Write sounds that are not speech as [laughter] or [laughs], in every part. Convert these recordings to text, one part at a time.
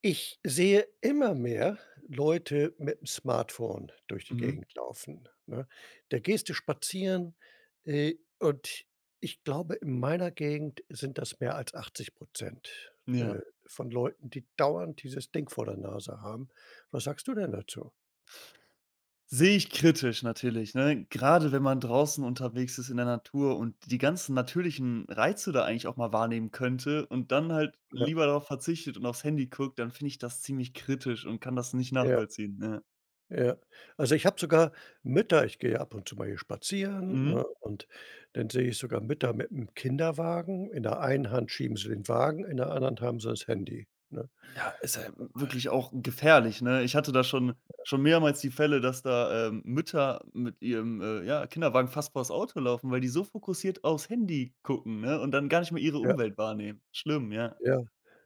Ich sehe immer mehr Leute mit dem Smartphone durch die Mhm. Gegend laufen, ne? Da gehst du spazieren, und ich glaube, in meiner Gegend sind das mehr als 80 äh, Ja. von Leuten, die dauernd dieses Ding vor der Nase haben. Was sagst du denn dazu? Sehe ich kritisch natürlich, ne? Gerade wenn man draußen unterwegs ist in der Natur und die ganzen natürlichen Reize da eigentlich auch mal wahrnehmen könnte und dann halt lieber darauf verzichtet und aufs Handy guckt, dann finde ich das ziemlich kritisch und kann das nicht Ja. nachvollziehen, ja. Ja. Also, ich habe sogar Mütter ich gehe ab und zu mal hier spazieren, ne, Mhm. und dann sehe ich sogar Mütter mit 'm Kinderwagen. In der einen Hand schieben sie den Wagen, in der anderen haben sie das Handy, ne? Ja, ist ja wirklich auch gefährlich, ne? Ich hatte da schon mehrmals die Fälle, dass da, Mütter mit ihrem, ja, Kinderwagen fast vors Auto laufen, weil die so fokussiert aufs Handy gucken, ne, und dann gar nicht mehr ihre Ja, Umwelt wahrnehmen. Schlimm, ja. ja,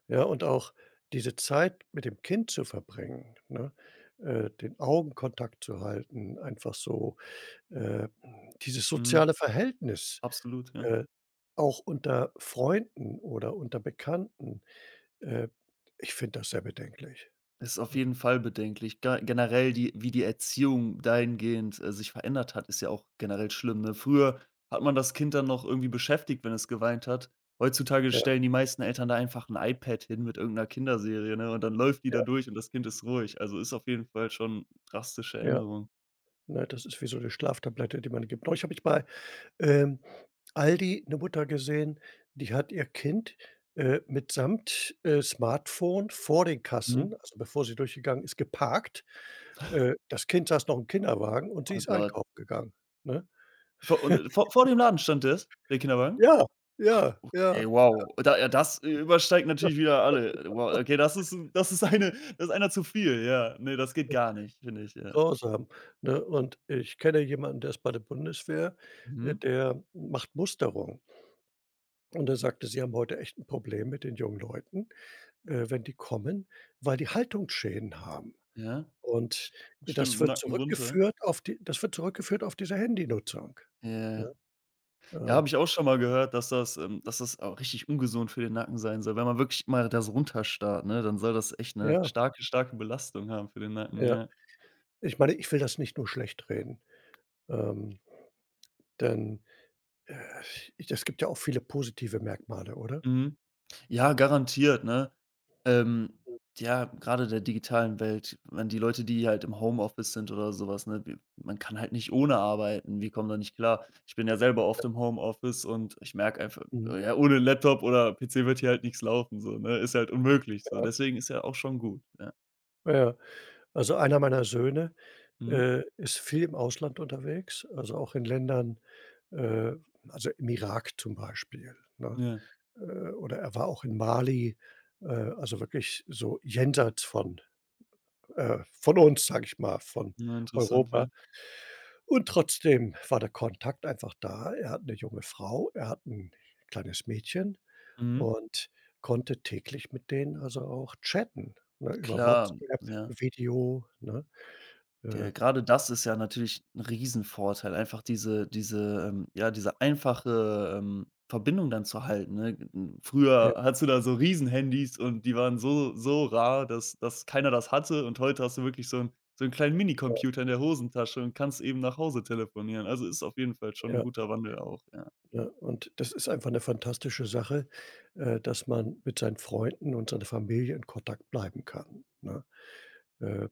ja, und auch diese Zeit mit dem Kind zu verbringen, ne, den Augenkontakt zu halten, einfach so, äh, dieses soziale Mhm. Verhältnis, Absolut, ja. äh, auch unter Freunden oder unter Bekannten. Äh, Ich finde das sehr bedenklich. Es ist auf Mhm. jeden Fall bedenklich. Ge generell die wie die Erziehung dahingehend, sich verändert hat, ist ja auch generell schlimm, ne? Früher hat man das Kind dann noch irgendwie beschäftigt, wenn es geweint hat. Heutzutage Ja, stellen die meisten Eltern da einfach ein iPad hin mit irgendeiner Kinderserie, ne, und dann läuft die da ja, durch und das Kind ist ruhig. Also, ist auf jeden Fall schon drastische ja. Änderung. Ne, das ist wie so 'ne Schlaftablette, die man gibt. Neulich habe ich bei, ähm, Aldi 'ne Mutter gesehen, die hat ihr Kind, mitsamt, Smartphone vor den Kassen, Mhm. also bevor sie durchgegangen ist, geparkt. Das Kind saß noch im Kinderwagen und sie Oh ist Gott. einkaufen gegangen, ne? Vor und vor dem Laden stand das, der Kinderwagen? Ja, Ach, ja, okay, ja. wow. Da ja, das übersteigt natürlich wieder alle. Wow, okay, das ist einer zu viel, ja. Ne, das geht gar nicht, finde ich, ja. Grausam, ne? Und ich kenne jemanden, der ist bei der Bundeswehr, Mhm, der macht Musterung. Und er sagte: „Sie haben heute echt 'n Problem mit den jungen Leuten, wenn die kommen, weil die Haltungsschäden haben. ja. Und Sch Stimme im Nacken runter. Das wird zurückgeführt auf diese Handynutzung“, Ja, ja. ne? Ja, Äh, habe ich auch schon mal gehört, dass das auch richtig ungesund für den Nacken sein soll. Wenn man wirklich mal das so runterstarrt, ne, dann soll das echt eine ja, starke, starke Belastung haben für den Nacken, ja. ja. Ich meine, ich will das nicht nur schlechtreden, ähm, denn, äh, es gibt ja auch viele positive Merkmale, oder? Mhm. Ja, garantiert, ne? Ähm, ja, gerade der digitalen Welt, wenn die Leute, die halt im Homeoffice sind oder sowas, ne, w man kann halt nicht ohne arbeiten. Wie kommen da nicht klar. Ich bin ja selber oft im Homeoffice und ich merke einfach, Mhm. Ja, ohne Laptop oder PC wird hier halt nichts laufen so, ne? Ist halt unmöglich so. Ja, Deswegen ist ja auch schon gut, ja. ja. Also, einer meiner Söhne Mhm. Ist viel im Ausland unterwegs, also auch in Ländern äh, also im Irak zum Beispiel, ne? Ja. Oder er war auch in Mali, also wirklich so jenseits von uns, sage ich mal, von Na, interessant, Europa. ja. Und trotzdem war der Kontakt einfach da. Er hat eine junge Frau, er hat ein kleines Mädchen Mhm. und konnte täglich mit denen also auch chatten, ne, über Klar, WhatsApp, ja. Video, ne? Äh, Ja, gerade das ist ja natürlich ein Riesenvorteil, einfach diese, ja, diese einfache, Verbindung dann zu halten, ne? N ja, Früher hattest du da so Riesenhandys und die waren so rar, dass keiner das hatte und heute hast du wirklich so einen kleinen Minicomputer in der Hosentasche und kannst eben nach Hause telefonieren. Also, ist auf jeden Fall schon ein ja. guter Wandel auch, ja. Ja, und das ist einfach eine fantastische Sache, dass man mit seinen Freunden und seiner Familie in Kontakt bleiben kann, ne? Äh,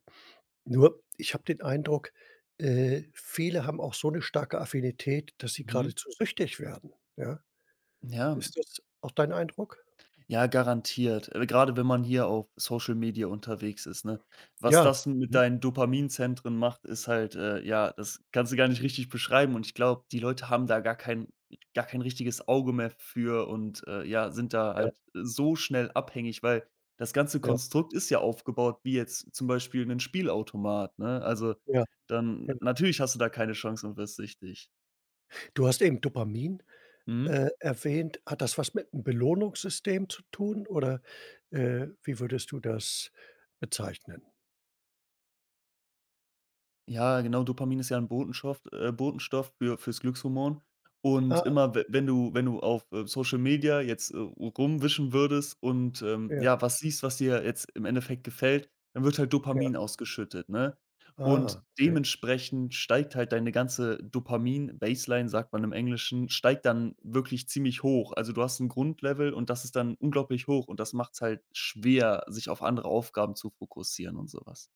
Nur ich habe den Eindruck, viele haben auch so 'ne starke Affinität, dass sie Mhm. geradezu süchtig werden, ja? Ja, Ist das auch dein Eindruck? Ja, garantiert. Gerade wenn man hier auf Social Media unterwegs ist, ne? Was Ja. das mit Mhm. deinen Dopaminzentren macht, ist halt, ja, das kannst du gar nicht richtig beschreiben und ich glaube, die Leute haben da gar kein richtiges Auge mehr für und, ja, sind da Ja, halt so schnell abhängig, weil das ganze ja, Konstrukt ist ja aufgebaut wie jetzt zum Beispiel ein Spielautomat, ne? Also, ja, dann ja. natürlich hast du da keine Chance und wirst süchtig. Du hast eben Dopamin, Mhm. Erwähnt. Hat das was mit 'nem Belohnungssystem zu tun oder, wie würdest du das bezeichnen? Ja, genau, Dopamin ist ja ein Botenstoff für fürs Glückshormon. Und Ah, immer, we wenn du wenn du auf, Social Media jetzt, rumwischen würdest und, ja, ja, was siehst, was dir jetzt im Endeffekt gefällt, dann wird halt ja. Dopamin ausgeschüttet, ne? Ah, Und okay. dementsprechend steigt halt deine ganze Dopamin-Baseline, sagt man im Englischen, steigt dann wirklich ziemlich hoch. Also, du hast ein Grundlevel und das ist dann unglaublich hoch und das macht es halt schwer, sich auf andere Aufgaben zu fokussieren und sowas.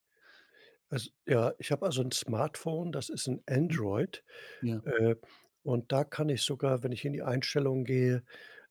Also, ja, ich habe also ein Smartphone, das ist ein Mhm, Android, ja, äh, und da kann ich sogar, wenn ich in die Einstellungen gehe,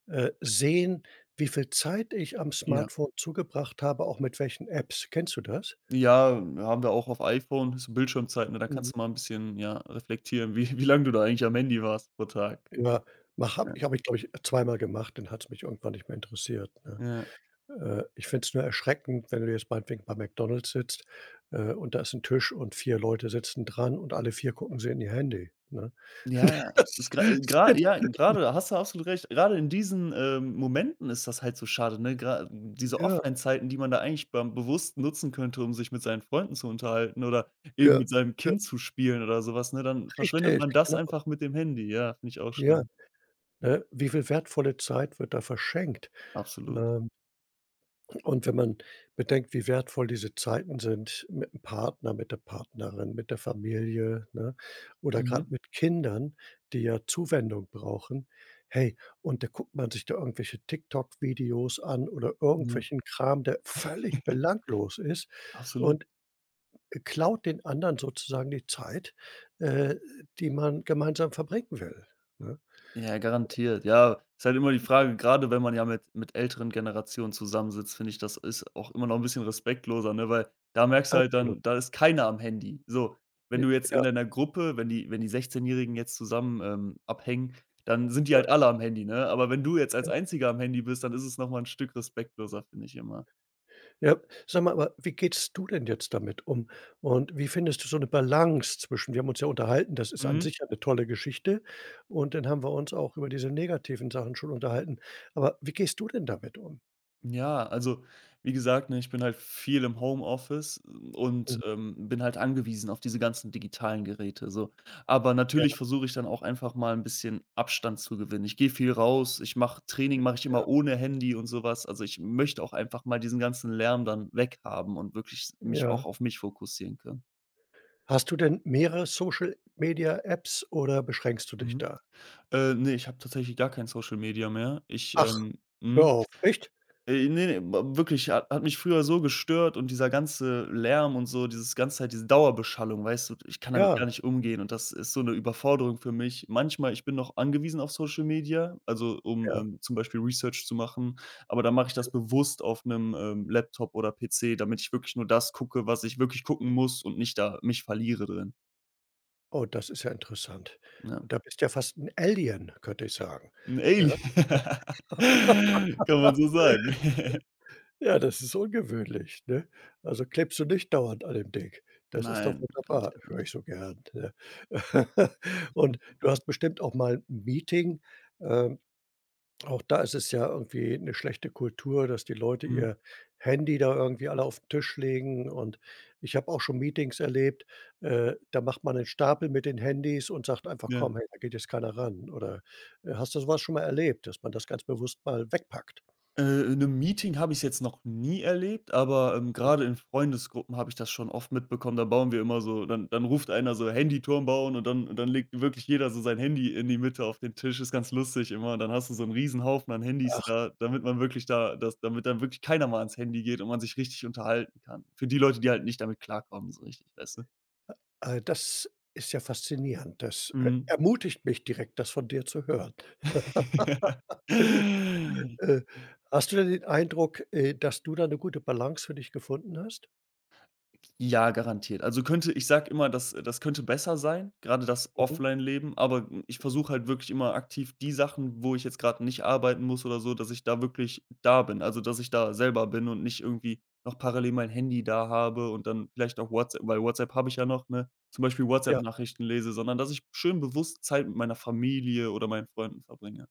sehen, wie viel Zeit ich am ja. Smartphone zugebracht habe, auch mit welchen Apps. Kennst du das? Ja, haben wir auch auf iPhone, so Bildschirmzeiten. Ne? Da Mhm. kannst du mal 'n bisschen, ja, reflektieren, wie lange du da eigentlich am Handy warst pro Tag. Ja, mach Ja, habe ich, glaube ich, zweimal gemacht, dann hat es mich irgendwann nicht mehr interessiert, ne? ja. Ich finde es nur erschreckend, wenn du jetzt meinetwegen bei McDonald's sitzt, und da ist ein Tisch und 4 Leute sitzen dran und alle 4 gucken sie in ihr Handy, ne? Ja, ja. Ist gra [laughs] gra Das Ja, grade da hast du absolut recht. Grade in diesen, Momenten ist das halt so schade, ne? Gra Diese ja, Offline-Zeiten, die man da eigentlich beim bewusst nutzen könnte, um sich mit seinen Freunden zu unterhalten oder eben ja, mit seinem ja. Kind zu spielen oder so was, ne? Dann verschwendet Richtig, man das genau, einfach mit dem Handy. Ja, finde ich auch ja, schlimm. ne? Wie viel wertvolle Zeit wird da verschenkt? Absolut. Ähm, und wenn man bedenkt, wie wertvoll diese Zeiten sind mit dem Partner, mit der Partnerin, mit der Familie, ne, oder gerade Mhm. mit Kindern, die ja Zuwendung brauchen. Hey, und da guckt man sich da irgendwelche TikTok-Videos an oder Ja. irgendwelchen Kram, der völlig [laughs] belanglos ist Absolut. und klaut den anderen sozusagen die Zeit, äh, die man gemeinsam verbringen will, ne? Ja, garantiert. Ja, ist halt immer die Frage, gerade wenn man ja mit älteren Generationen zusammensitzt, finde ich, das ist auch immer noch ein bisschen respektloser, ne, weil da merkst du halt Absolut. dann, da ist keiner am Handy. So, J wenn du jetzt ja, in deiner Gruppe wenn die 16-Jährigen jetzt zusammen, abhängen, dann sind die ja, halt alle am Handy, ne? Aber wenn du jetzt als Einziger am Handy bist, dann ist es noch mal 'n Stück respektloser, finde ich immer. ja. Sag mal, aber wie gehst du denn jetzt damit um? Und wie findest du so 'ne Balance zwischen wir haben uns ja unterhalten, das ist an Mhm. sich ja 'ne tolle Geschichte und dann haben wir uns auch über diese negativen Sachen schon unterhalten. Aber wie gehst du denn damit um? Ja, also wie gesagt, ne, ich bin halt viel im Homeoffice und, Mhm. Bin halt angewiesen auf diese ganzen digitalen Geräte so. Aber Ja, natürlich versuche ich dann auch einfach mal ein bisschen Abstand zu gewinnen. Ich gehe viel raus, ich mache Training mache ich ja, immer ohne Handy und sowas. Also, ich möchte auch einfach mal diesen ganzen Lärm dann weghaben und wirklich mich auch ja. auf mich fokussieren können. Hast du denn mehrere Social Media Apps oder beschränkst du dich Mhm. da? Ne, ich habe tatsächlich gar kein Social Media mehr. Ich, Ach, hör mhm. auf, echt? Ne, ne, w wirklich, hat mich früher so gestört und dieser ganze Lärm und so, dieses ganze Zeit diese Dauerbeschallung, weißt du, ich kann damit Ja, gar nicht umgehen und das ist so eine Überforderung für mich. Manchmal ich bin noch angewiesen auf Social Media, also, um, ja. Zum Beispiel Research zu machen, aber dann mache ich das bewusst auf einem Laptop oder PC, damit ich wirklich nur das gucke, was ich wirklich gucken muss und nicht da mich verliere drin, Oh, das ist ja interessant. ja. Da bist du ja fast 'n Alien, könnte ich sagen. 'N Ja. Alien. [laughs] Kann man so sagen. [laughs] Ja, das ist ungewöhnlich, ne? Also, klebst du nicht dauernd an dem Ding. Das ist doch Nein, wunderbar, garantiert höre nicht. ich so gern, ne? [laughs] Und Mhm, du hast bestimmt auch mal 'n Meeting, ähm auch da ist es ja irgendwie eine schlechte Kultur, dass die Leute mhm, ihr Handy da irgendwie alle auf den Tisch legen und ich habe auch schon Meetings erlebt, da macht man einen Stapel mit den Handys und sagt einfach: ja. „Komm, hey, da geht jetzt keiner ran.“ Oder, hast du sowas schon mal erlebt, dass man das ganz bewusst mal wegpackt? In 'nem Meeting habe ich's jetzt noch nie erlebt, aber, grade in Freundesgruppen habe ich das schon oft mitbekommen. Da bauen wir immer so dann ruft einer so: „Handyturm bauen“ und dann legt wirklich jeder so sein Handy in die Mitte auf den Tisch. Ist ganz lustig immer. Und dann hast du so 'n Riesenhaufen an Handys da, damit man wirklich da das damit dann wirklich keiner mal ans Handy geht und man sich richtig unterhalten kann. Für die Leute, die halt nicht damit klarkommen, so richtig, weißt du? Das ist ja faszinierend. Das, Mhm. ermutigt mich direkt, das von dir zu hören. [laughs] Ja. Äh, Hast du denn den Eindruck, dass du da 'ne gute Balance für dich gefunden hast? Ja, garantiert. Also könnte ich sag immer, das könnte besser sein, gerade das Mhm. Offline-Leben, aber ich versuche halt wirklich immer aktiv die Sachen, wo ich jetzt gerade nicht arbeiten muss oder so, dass ich da wirklich da bin. Also, dass ich da selber bin und nicht irgendwie noch parallel mein Handy da habe und dann vielleicht auch WhatsApp weil WhatsApp habe ich ja noch, ne, zum Beispiel Ja. WhatsApp-Nachrichten lese, sondern dass ich schön bewusst Zeit mit meiner Familie oder meinen Freunden verbringe.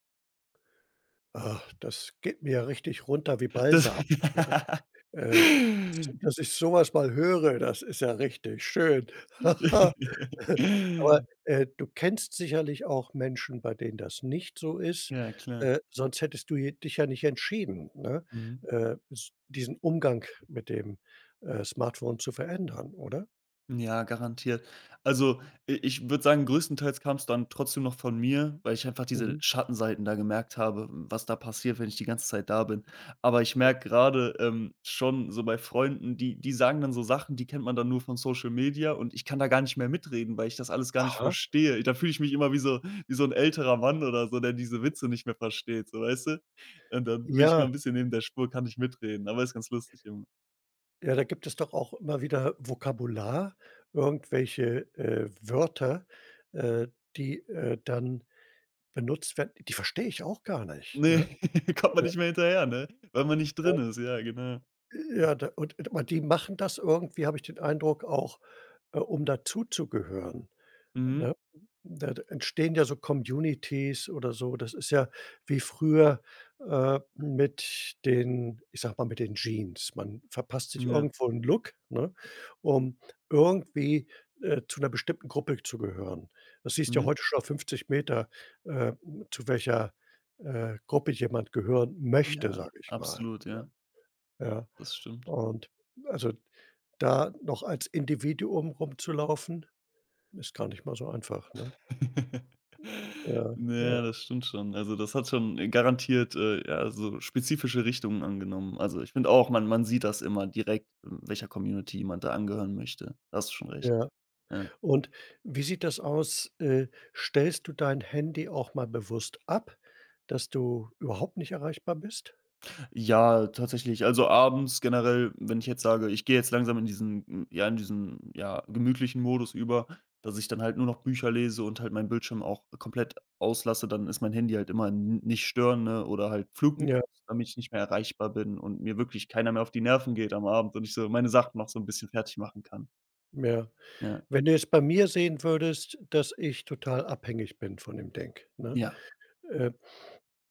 Ah, das geht mir ja richtig runter wie Das Balsam. [laughs] Äh, Dass ich sowas mal höre, das ist ja richtig schön. Ich- [laughs] Aber, [laughs] du kennst sicherlich auch Menschen, bei denen das nicht so ist, Ja, klar. Sonst hättest du je dich ja nicht entschieden, ne, Mhm. S diesen Umgang mit dem, Smartphone zu verändern, oder? Ja, garantiert. Also, i ich würde sagen, größtenteils kam es dann trotzdem noch von mir, weil ich einfach diese Mhm. Schattenseiten da gemerkt habe, was da passiert, wenn ich die ganze Zeit da bin. Aber ich merke gerade schon so bei Freunden, die sagen dann so Sachen, die kennt man dann nur von Social Media und ich kann da gar nicht mehr mitreden, weil ich das alles gar nicht Aha. verstehe. Da fühle ich mich immer wie so ein älterer Mann oder so, der diese Witze nicht mehr versteht, so, weißt du? Und dann bin ich Ja, immer ein bisschen neben der Spur, kann nicht mitreden, aber ist ganz lustig immer. ja, da gibt es doch auch immer wieder Vokabular, irgendwelche, Wörter, äh, die, dann benutzt werden, die verstehe ich auch gar nicht, Ne, ne? [laughs] kommt Äh, man nicht mehr hinterher, ne? Weil man nicht äh, drin ist, ja, genau. ja, da und aber die machen das irgendwie, habe ich den Eindruck, auch, um dazuzugehören. Mhm. Ne? Da entstehen ja so Communities oder so. Das ist ja wie früher, mit den ich sage mal, mit den Jeans. Man verpasst sich Ja. irgendwo einen Look, ne, um irgendwie, zu einer bestimmten Gruppe zu gehören. Das siehst ja Mhm. heute schon auf 50 Meter, äh, zu welcher, Gruppe jemand gehören möchte, Ja, sage ich mal, absolut, ja. ja. Das stimmt. Und also, da noch als Individuum rumzulaufen, ist gar nicht mal so einfach, ne? [laughs] Ja, Na ja, ja, das stimmt schon. Also, das hat schon, garantiert, ja, so spezifische Richtungen angenommen. Also, ich finde auch, man sieht das immer direkt, welcher Community jemand da angehören möchte. Da hast du schon recht. ja. Ja. Und wie sieht das aus? Stellst du dein Handy auch mal bewusst ab, dass du überhaupt nicht erreichbar bist? Ja, tatsächlich. Also, abends generell, wenn ich jetzt sage, ich gehe jetzt langsam in diesen hm, ja, in diesen, ja, gemütlichen Modus über, dass ich dann halt nur noch Bücher lese und halt meinen Bildschirm auch komplett auslasse, dann ist mein Handy halt immer in nicht stören, ne, oder halt Flugmodus, Ja, damit ich nicht mehr erreichbar bin und mir wirklich keiner mehr auf die Nerven geht am Abend und ich so meine Sachen noch so ein bisschen fertig machen kann. ja. Ja. Wenn du jetzt bei mir sehen würdest, dass ich total abhängig bin von dem Denk, ne? Ja. Äh,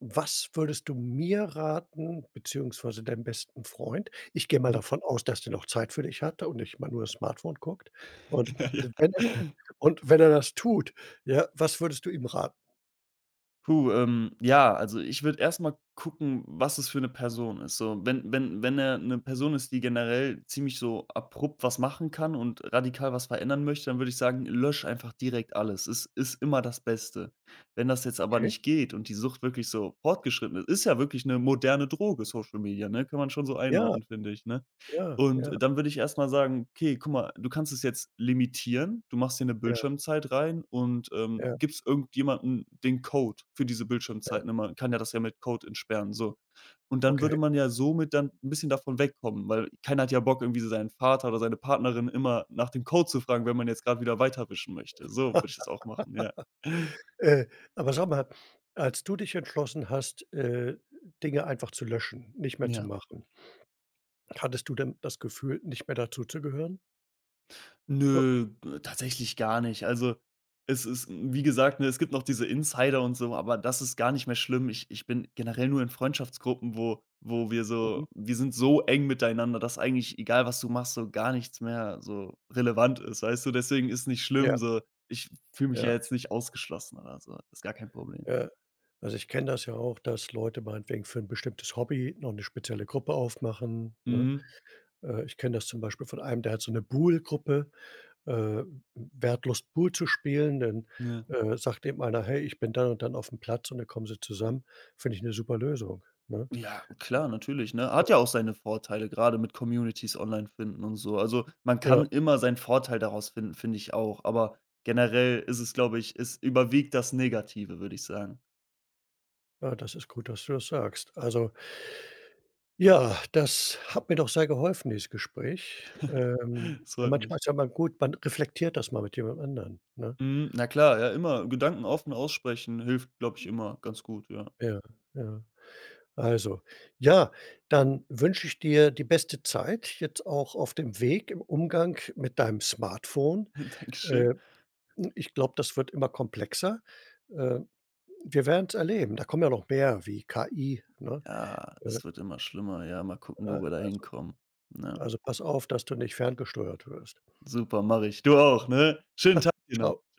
Was würdest du mir raten, beziehungsweise deinem besten Freund? Ich gehe mal davon aus, dass der noch Zeit für dich hat und nicht mal nur das Smartphone guckt. [laughs] Und Ja, wenn er ja. [laughs] und wenn er das tut, ja, was würdest du ihm raten? Puh, ja, also ich würde erstmal gucken, was es für eine Person ist. So, wenn er eine Person ist, die generell ziemlich so abrupt was machen kann und radikal was verändern möchte, dann würde ich sagen, lösch einfach direkt alles. Es ist immer das Beste. Wenn das jetzt aber Okay, nicht geht und die Sucht wirklich so fortgeschritten ist ja wirklich eine moderne Droge, Social Media, ne? Kann man schon so ja. einordnen, finde ich, ne? Ja, Und ja, dann würde ich erst mal sagen: „Okay, guck mal, du kannst es jetzt limitieren. Du machst dir eine ja, Bildschirmzeit rein und, ja, gibst irgendjemanden den Code für diese Bildschirmzeit.“ Ne, man kann ja das ja mit Code entsperren, so. Und dann würde okay. man ja somit dann ein bisschen davon wegkommen, weil keiner hat ja Bock, irgendwie seinen Vater oder seine Partnerin immer nach dem Code zu fragen, wenn man jetzt gerade wieder weiterwischen möchte. So würde ich das auch machen, ja. Äh, aber sag mal, als du dich entschlossen hast, Dinge einfach zu löschen, nicht mehr zu Ja. machen, hattest du denn das Gefühl, nicht mehr dazuzugehören? Oh, Nö, tatsächlich gar nicht. Also, es ist hm, wie gesagt, ne, es gibt noch diese Insider und so, aber das ist gar nicht mehr schlimm. Ich bin generell nur in Freundschaftsgruppen, wo wo wir mhm. so wir sind so eng miteinander, dass eigentlich egal, was du machst, so gar nichts mehr so relevant ist, weißt du? Deswegen ist nicht Ja, schlimm so. Ich fühle mich ja ja, jetzt nicht ausgeschlossen oder so. Das ist gar kein Problem. ja. Also, ich kenne das ja auch, dass Leute meinetwegen für ein bestimmtes Hobby noch eine spezielle Gruppe aufmachen, ne? Mhm, Ich kenne das zum Beispiel von einem, der hat so eine bool gruppe Äh, wertlos Pool zu spielen, dann, ja. Sagt eben einer: „Hey, ich bin dann und dann auf dem Platz“ und dann kommen sie zusammen. Finde ich eine super Lösung, ne? Ja, klar, natürlich, ne? Äh, Hat ja auch seine Vorteile, gerade mit Communities online finden und so. Also, man Ja, kann immer seinen Vorteil daraus finden, finde ich auch. Aber generell ist es, glaube ich es überwiegt das Negative, würde ich sagen. ja, das ist gut, dass du das sagst. Also, ja, das hat mir doch sehr geholfen, dieses Gespräch. [laughs] Das Ja, freut manchmal mich. ist ja mal gut, man reflektiert das mal mit jemand anderen, ne? Mhm, na klar, ja, immer. Gedanken offen aussprechen hilft, glaube ich, immer ganz gut, ja. Ja, ja. Also, ja, dann wünsche ich dir die beste Zeit jetzt auch auf dem Weg im Umgang mit deinem Smartphone. [laughs] Dankeschön. Äh Ich glaube, das wird immer komplexer. Äh, Wir werden's erleben. Da kommen ja noch mehr wie KI, ne? Ja, Äh, es wird immer schlimmer. Ja, mal gucken, äh, wo wir da hinkommen, ne? also pass auf, dass du nicht ferngesteuert wirst. Super, mache ich. Du auch, ne? Schönen Tag genau Schau noch.